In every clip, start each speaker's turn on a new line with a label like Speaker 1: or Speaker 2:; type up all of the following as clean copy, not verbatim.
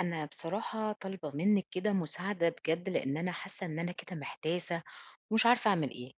Speaker 1: أنا بصراحة طالبة منِّك كده مساعدة بجد، لإن أنا حاسة إن أنا كده محتاسة ومش عارفة أعمل إيه.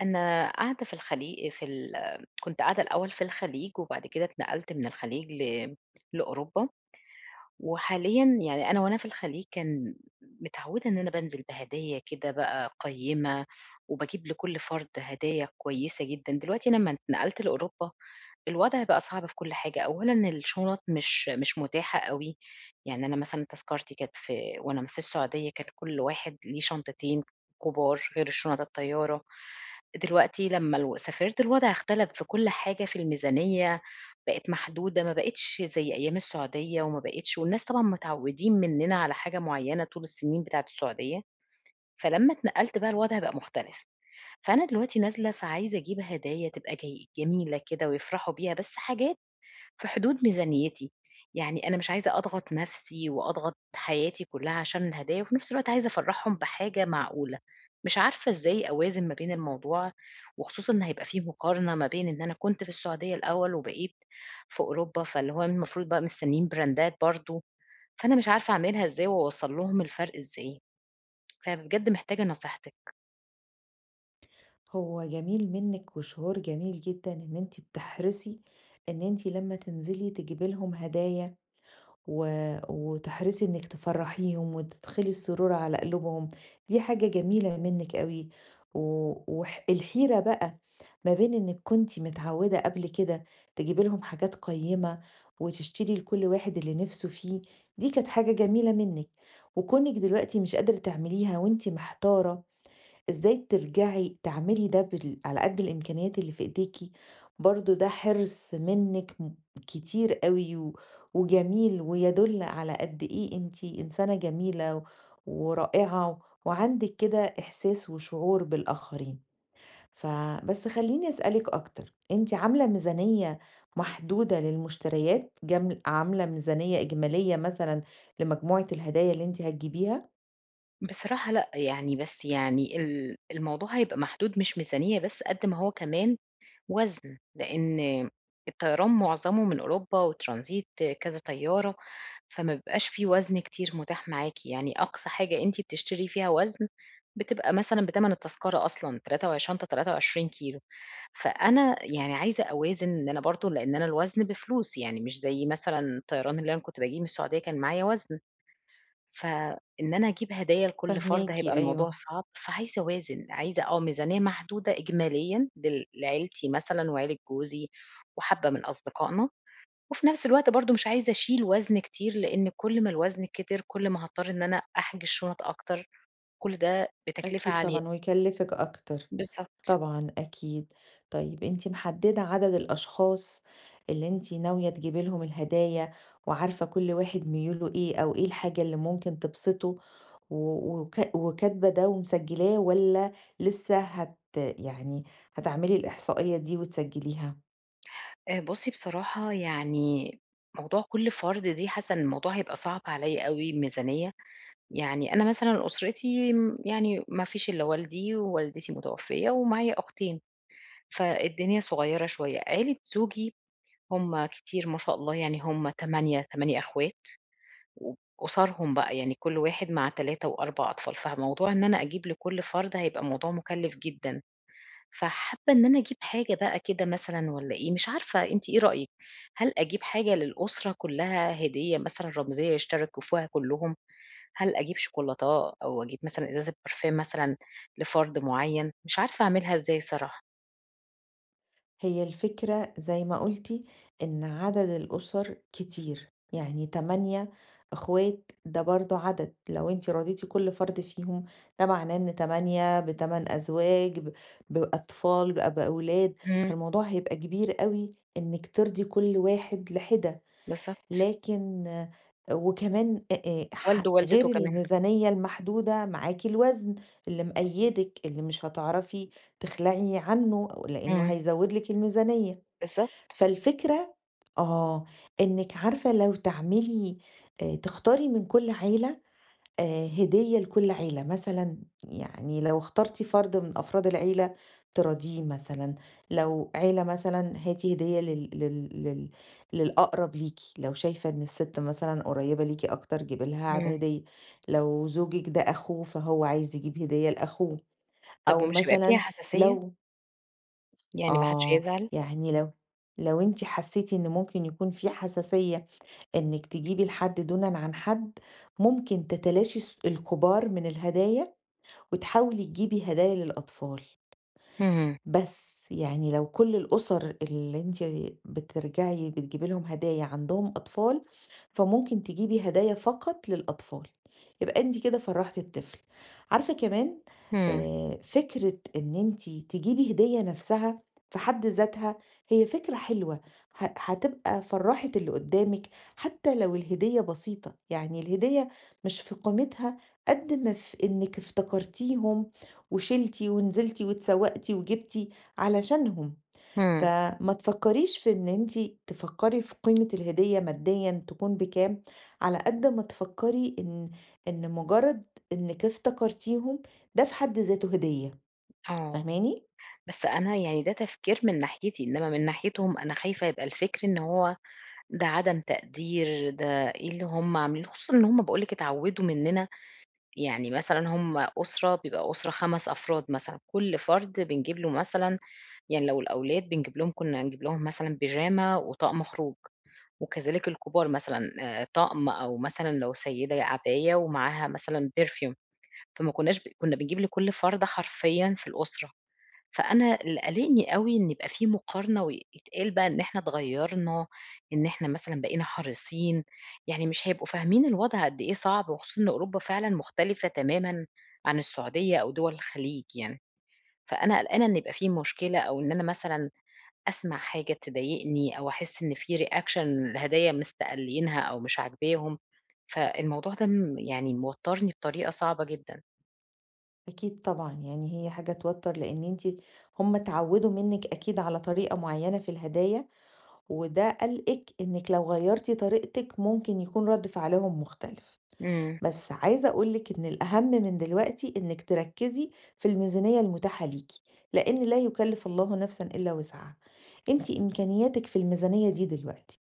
Speaker 1: أنا قاعدة في الخليج في ال كنت قاعدة الأول في الخليج، وبعد كده اتنقلت من الخليج لأوروبا. وحاليًا يعني وأنا في الخليج كان متعودة إن أنا بانزل بهدايا كده بقى قيّمة، وباجيب لكل فرد هدايا كويسة جدًا، دلوقتي لمّا اتنقلت لأوروبا الوضع بقى صعب في كل حاجة، أولًا الشنط مش متاحة أوي، يعني أنا مثلًا تذكرتي كانت في وأنا في السعودية كان كل واحد ليه شنطتين كبار غير الشنط الطيارة. دلوقتي لمّا سافرت الوضع اختلف في كل حاجة في الميزانية، بقت محدودة ما بقتش زي أيام السعودية وما بقتش والناس طبعًا متعودين مننا على حاجة معيّنة طول السنين بتاعة السعودية، فلمّا اتنقلت بقى الوضع بقى مختلف، فأنا دلوقتي نازلة فعايزة أجيب هدايا تبقى جميلة كده ويفرحوا بيها، بس حاجات في حدود ميزانيتي، يعني أنا مش عايزة أضغط نفسي وأضغط حياتي كلّها عشان الهدايا، وفي نفس الوقت عايزة أفرّحهم بحاجة معقولة، مش عارفة إزاي أوازن ما بين الموضوع، وخصوصًا إن هيبقى في مقارنة ما بين إن أنا كنت في السعودية الأول وبقيت في أوروبا، فاللي هو المفروض بقى مستنيين براندات برضه، فأنا مش عارفة أعملها إزاي وأوصّل لهم الفرق إزاي، فبجد محتاجة نصيحتِك.
Speaker 2: هو جميل منِّك وشعور جميل جدًا إن أنتِ بتحرصي إن أنتِ لمّا تنزلي تجيبي لهم هدايا و وتحرصي إنِّك تفرّحيهم وتدخلي السرور على قلوبهم، دي حاجة جميلة منِّك أوي. و الحيرة بقى ما بين إنِّك كنتِ متعوّدة قبل كده تجيبي لهم حاجات قيّمة وتشتري لكل واحد اللي نِفْسه فيه، دي كانت حاجة جميلة منِّك، وكونِك دلوقتي مش قادرة تعمليها وأنتِ محتارة إزاي ترجعي تعملي ده بال على قد الإمكانيات اللي في إيديكِ، برضه ده حرص منِّك كتير أوي و وجميل ويدُل على قد إيه أنتِ إنسانة جميلة ورائعة وعندِك كده إحساس وشعور بالآخرين. فبس خلّيني أسألِك أكتر، أنتِ عاملة ميزانية محدودة للمشتريات؟ عاملة ميزانية إجمالية مثلًا لمجموعة الهدايا اللي أنتِ هتجيبيها؟
Speaker 1: بصراحة لأ، يعني بس يعني الموضوع هيبقى محدود مش ميزانية بس، قد ما هو كمان وزن، لإن الطيران معظمه من أوروبا وترانزيت كذا طيارة، فما بيبقاش في وزن كتير متاح معاكِ، يعني أقصى حاجة أنتِ بتشتري فيها وزن بتبقى مثلًا بتمن التذكرة أصلًا تلاتة وع شنطة 23 كيلو، فأنا يعني عايزة أوازن إن أنا برضه لإن أنا الوزن بفلوس، يعني مش زي مثلًا الطيران اللي أنا كنت باجيه من السعودية كان معايا وزن. فإن أنا أجيب هدايا لكل فرد
Speaker 2: فاهماكِ
Speaker 1: هيبقى
Speaker 2: أيوه.
Speaker 1: الموضوع صعب، فعايزة أوازن، عايزة آه، ميزانية محدودة إجماليًا لعيلتي مثلًا وعيلة جوزي وحبّة من أصدقائنا، وفي نفس الوقت برضه مش عايزة أشيل وزن كتير، لإن كل ما الوزن كتر كل ما هاضطر إن أنا أحجز شنط أكتر، كل ده بتكلفة
Speaker 2: أكيد
Speaker 1: عالية.
Speaker 2: طبعًا ويكلّفِك أكتر،
Speaker 1: بالضبط.
Speaker 2: طبعًا أكيد. طيب أنتِ محدّدة عدد الأشخاص اللي أنتِ ناوية تجيبي لهم الهدايا وعارفة كل واحد ميوله إيه أو إيه الحاجة اللي ممكن تبسطه و وك وكاتبة ده ومسجّلاه والّا لسه يعني هتعملي الإحصائية دي وتسجّليها؟
Speaker 1: بُصّي بصراحة يعني موضوع كل فرد دي حاسة إن الموضوع هيبقى صعب عليّا أوي الميزانية. يعني أنا مثلًا أسرتي يعني ما فيش إلا والدي، ووالدتي متوفية، ومعايا أختين، فالدنيا صغيّرة شوية. عيلة زوجي هم كتير ما شاء الله، يعني هم 8، 8 أخوات، وأُسَرهم بقى، يعني كل واحد مع 3 و4 أطفال، فموضوع إن أنا أجيب لكل فرد هيبقى موضوع مُكلِّف جدًا، فحابة إن أنا أجيب حاجة بقى كده مثلًا والّا إيه، مش عارفة أنتِ إيه رأيِك؟ هل أجيب حاجة للأسرة كلّها هدية مثلًا رمزية يشتركوا فيها كلّهم؟ هل أجيب شوكولاتاه أو أجيب مثلًا إزازة برفان مثلًا لفرد معيّن، مش عارفة أعملها إزاي الصراحة.
Speaker 2: هي الفكرة زي ما قُلتِ إن عدد الأُسر كتير، يعني 8 أخوات ده برضه عدد، لو أنتِ رضيتِ كل فرد فيهم ده معناه إن 8 ب8 أزواج بأطفال بقى بأولاد،
Speaker 1: إمم،
Speaker 2: فالموضوع هيبقى كبير أوي إنِّك ترضي كل واحد لحِدة.
Speaker 1: بالضبط.
Speaker 2: لكن آه، وكمان أ أ
Speaker 1: والده
Speaker 2: ح غير
Speaker 1: ووالدته كمان.
Speaker 2: الميزانية المحدودة معاكِ الوزن اللي مقيّدِك، اللي مش هتعرفي تخلعي عنه لإنه
Speaker 1: إمم،
Speaker 2: هيزوّد لِك الميزانية،
Speaker 1: بالضبط.
Speaker 2: فالفكرة آه، إنِّك عارفة لو تعملي تختاري من كل عيلة هدية لكل عيلة، مثلًا يعني لو اخترتِ فرد من أفراد العيلة تراضيه مثلًا، لو عيلة مثلًا هاتي هدية لل لل لل للأقرب ليكِ، لو شايفة إن الست مثلًا قريبة ليكِ أكتر جيبي لها عاد
Speaker 1: إمم.
Speaker 2: هدية، لو زوجِك ده أخوه فهو عايز يجيب هدية لأخوه،
Speaker 1: طب
Speaker 2: أو
Speaker 1: ومش هيبقى فيها
Speaker 2: مثلًا
Speaker 1: حساسية؟
Speaker 2: لو
Speaker 1: يعني ما حدش
Speaker 2: آه،
Speaker 1: هيزعل؟
Speaker 2: يعني لو أنتِ حسيتِ إن ممكن يكون في حساسية إنِّك تجيبي لحد دونًا عن حد، ممكن تتلاشي الكبار من الهدايا وتحاولي تجيبي هدايا للأطفال،
Speaker 1: إمم،
Speaker 2: بس يعني لو كل الأسر اللي أنتِ بترجعي بتجيبي لهم هدايا عندهم أطفال، فممكن تجيبي هدايا فقط للأطفال، يبقى أنتِ كده فرّحتِ الطفل. عارفة كمان
Speaker 1: إمم،
Speaker 2: فكرة إن أنتِ تجيبي هدية نفْسها في حد ذاتها هي فكرة حلوة، هتبقى فرّحِت اللي قدّامِك حتى لو الهدية بسيطة، يعني الهدية مش في قيمتها قد ما في إنِّك افتكرتيهم وشِلتِ ونزلتِ واتسوّقتِ وجبتِ علشانهم،
Speaker 1: إمم،
Speaker 2: فما تفكّريش في إن أنتِ تفكّري في قيمة الهدية ماديًا تكون بكام، على قد ما تفكّري إن مجرّد إنِّك افتكرتيهم ده في حد ذاته هدية،
Speaker 1: آه.
Speaker 2: فاهماني؟
Speaker 1: بس أنا يعني ده تفكير من ناحيتي، إنما من ناحيتهم أنا خايفة يبقى الفكر إن هو ده عدم تقدير، ده إيه اللي هم عاملينه، خصوصًا إن هم باقول لِك اتعودوا مننا يعني مثلًا هم أسرة بيبقى أسرة 5 أفراد مثلًا، كل فرد بنجيب له مثلًا يعني لو الأولاد بنجيب لهم كنا نجيب لهم مثلًا بيجامة وطقم خروج، وكذلك الكبار مثلًا طقم أو مثلًا لو سيدة عباية ومعاها مثلًا perfume فما كناش كنا بنجيب لكل فرد حرفيًا في الأسرة. فأنا اللي قالقني أوي إن يبقى في مقارنة ويتقال بقى إن إحنا اتغيّرنا، إن إحنا مثلًا بقينا حريصين، يعني مش هيبقوا فاهمين الوضع قد إيه صعب، وخصوصًا إن أوروبا فعلًا مختلفة تمامًا عن السعودية أو دول الخليج يعني، فأنا قلقانة إن يبقى في مشكلة أو إن أنا مثلًا أسمع حاجة تضايقني أو أحس إن في reaction لهدايا مستقلينها أو مش عاجباهم، فالموضوع ده يعني موتّرني بطريقة صعبة جدًا.
Speaker 2: أكيد طبعًا يعني هي حاجة توتّر لإن أنتِ هم اتعوّدوا منِّك أكيد على طريقة معيّنة في الهدايا، وده قلقِك إنِّك لو غيّرتِ طريقتِك ممكن يكون رَد فعلهم مختلف.
Speaker 1: إمم،
Speaker 2: بس عايزة أقول لِك إن الأهم من دلوقتي إنِّك تركّزي في الميزانية المتاحة ليكِ، لإن لا يكلّف الله نفسًا إلا وسعها، أنتِ إمكانياتِك في الميزانية دي دلوقتي،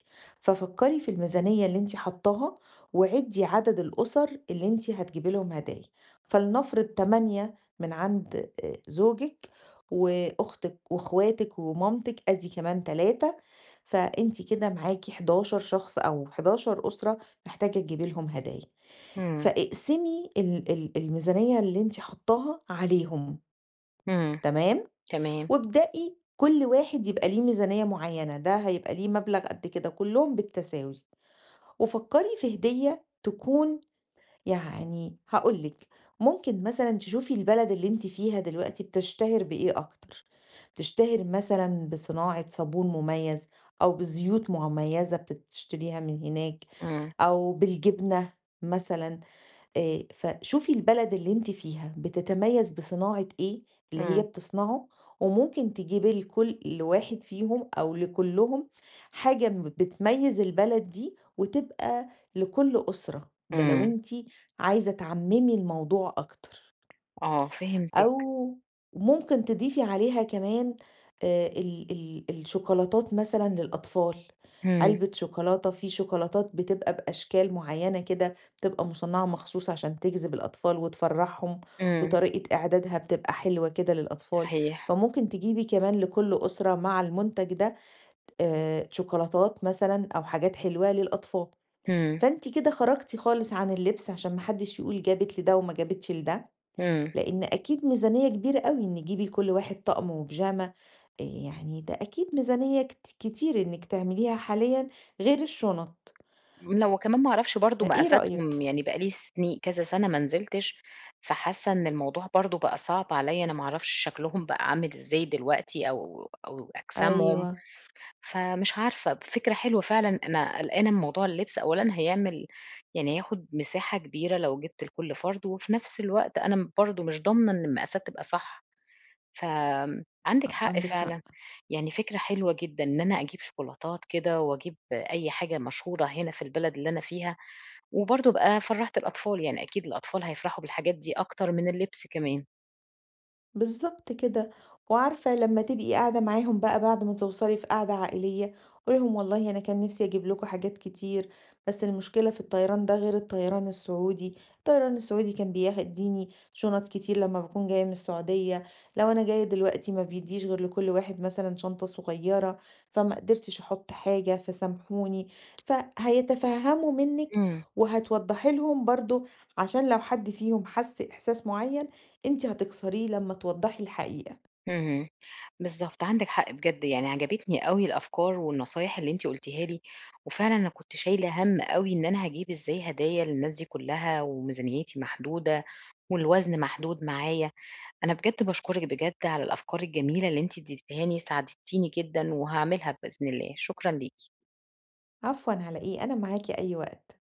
Speaker 2: ففكّري في الميزانية اللي أنتِ حاطاها وعدّي عدد الأُسر اللي أنتِ هتجيبي لهم هدايا، فلنفرض 8 من عند زوجِك وأختِك وأخواتِك ومامتِك، أدي كمان 3 فأنتِ كده معاكِ 11 شخص أو 11 أُسرة محتاجة تجيبي لهم هدايا.
Speaker 1: إمم،
Speaker 2: فاقسمي ال ال الميزانية اللي أنتِ حاطاها عليهم
Speaker 1: إمم،
Speaker 2: تمام،
Speaker 1: تمام،
Speaker 2: وابدئي كل واحد يبقى ليه ميزانية معيّنة، ده هيبقى ليه مبلغ قد كده، كلّهم بالتساوي. وفكّري في هدية تكون يعني هاقول لِك، ممكن مثلًا تشوفي البلد اللي أنتِ فيها دلوقتي بتشتهر بإيه أكتر، بتشتهر مثلًا بصناعة صابون مميز أو بزيوت مميزة بتشتريها من هناك
Speaker 1: إمم،
Speaker 2: أو بالجبنة مثلًا فشوفي البلد اللي أنتِ فيها بتتميز بصناعة إيه اللي هي
Speaker 1: إمم،
Speaker 2: بتصنعه، وممكن تجيبي لكل واحد فيهم أو لكلهم حاجة بتميز البلد دي، وتبقى لكل أسرة، ده لو
Speaker 1: إمم.
Speaker 2: أنتِ عايزة تعممي الموضوع أكتر.
Speaker 1: آه،
Speaker 2: أو
Speaker 1: فهمتِك،
Speaker 2: ممكن تضيفي عليها كمان ال ال الشوكولاتات مثلًا للأطفال،
Speaker 1: إمم،
Speaker 2: علبة شوكولاتة، في شوكولاتات بتبقى بأشكال معيّنة كده، بتبقى مصنّعة مخصوص عشان تجذب الأطفال وتفرّحهم،
Speaker 1: إمم،
Speaker 2: وطريقة إعدادها بتبقى حلوة كده للأطفال،
Speaker 1: صحيح،
Speaker 2: فممكن تجيبي كمان لكل أسرة مع المنتج ده شوكولاتات مثلًا أو حاجات حلوة للأطفال،
Speaker 1: إمم،
Speaker 2: فأنتِ كده خرجتِ خالص عن اللبس عشان ما حدش يقول جابت لده وما جابتش لده.
Speaker 1: إمم،
Speaker 2: لإن أكيد ميزانية كبيرة أوي إن تجيبي كل واحد طقم وبيجامة، يعني ده أكيد ميزانية كتير إنِّك تعمليها حاليًا غير الشنط،
Speaker 1: لأ وكمان ما أعرفش برضه
Speaker 2: فإيه رأيك؟
Speaker 1: مقاساتهم، يعني بقى لي سني كذا سَنة ما نزلتش، فحاسة إن الموضوع برضه بقى صعب عليَّ، أنا ما أعرفش شكلهم بقى عامل إزاي دلوقتي أو أجسامهم،
Speaker 2: أيوه،
Speaker 1: فمش عارفة، فكرة حلوة فعلًا، أنا قلقانة من موضوع اللبس، أولًا هيعمل يعني هياخد مساحة كبيرة لو جِبت لكل فرد، وفي نفس الوقت أنا برضه مش ضامنة إن المقاسات تبقى صح. عندِك
Speaker 2: ع
Speaker 1: حق
Speaker 2: عندِك حق.
Speaker 1: فعلًا، يعني فكرة حلوة جدًا إن أنا أجيب شوكولاتات كده وأجيب أي حاجة مشهورة هنا في البلد اللي أنا فيها، وبرضه أبقى فرّحت الأطفال، يعني أكيد الأطفال هيفرحوا بالحاجات دي أكتر من اللبس كمان.
Speaker 2: بالضبط كده، وعارفة لمّا تبقي قاعدة معاهم بقى بعد ما توصلي في قعدة عائلية، قولي لهم والله أنا كان نفسي أجيب لكم حاجات كتير، بس المشكلة في الطيران ده غير الطيران السعودي، الطيران السعودي كان بيدّيني شنط كتير لمّا باكون جاية من السعودية، لو أنا جاية دلوقتي ما بيدّيش غير لكل واحد مثلًا شنطة صغيرة، فما قدرتش أحط حاجة فسامحوني، فهيتفهموا منِّك
Speaker 1: إمم،
Speaker 2: وهتوضحي لهم برضه عشان لو حد فيهم حس إحساس معين أنتِ هتكسريه لمّا توضّحي الحقيقة.
Speaker 1: اهم، بالضبط، عندِك حق بجد، يعني عجبتني أوي الأفكار والنصايح اللي أنتِ قُلتيها لي، وفعلًا أنا كنت شايلة هَم أوي إن أنا هاجيب إزاي هدايا للناس دي كلّها وميزانيتي محدودة والوزن محدود معايا. أنا بجد باشكرِك بجد على الأفكار الجميلة اللي أنتِ اديتيها لي، ساعدتيني جدًا وهاعملها بإذن الله، شكرًا ليكِ.
Speaker 2: عفوًا على إيه، أنا معاكِ أي وقت.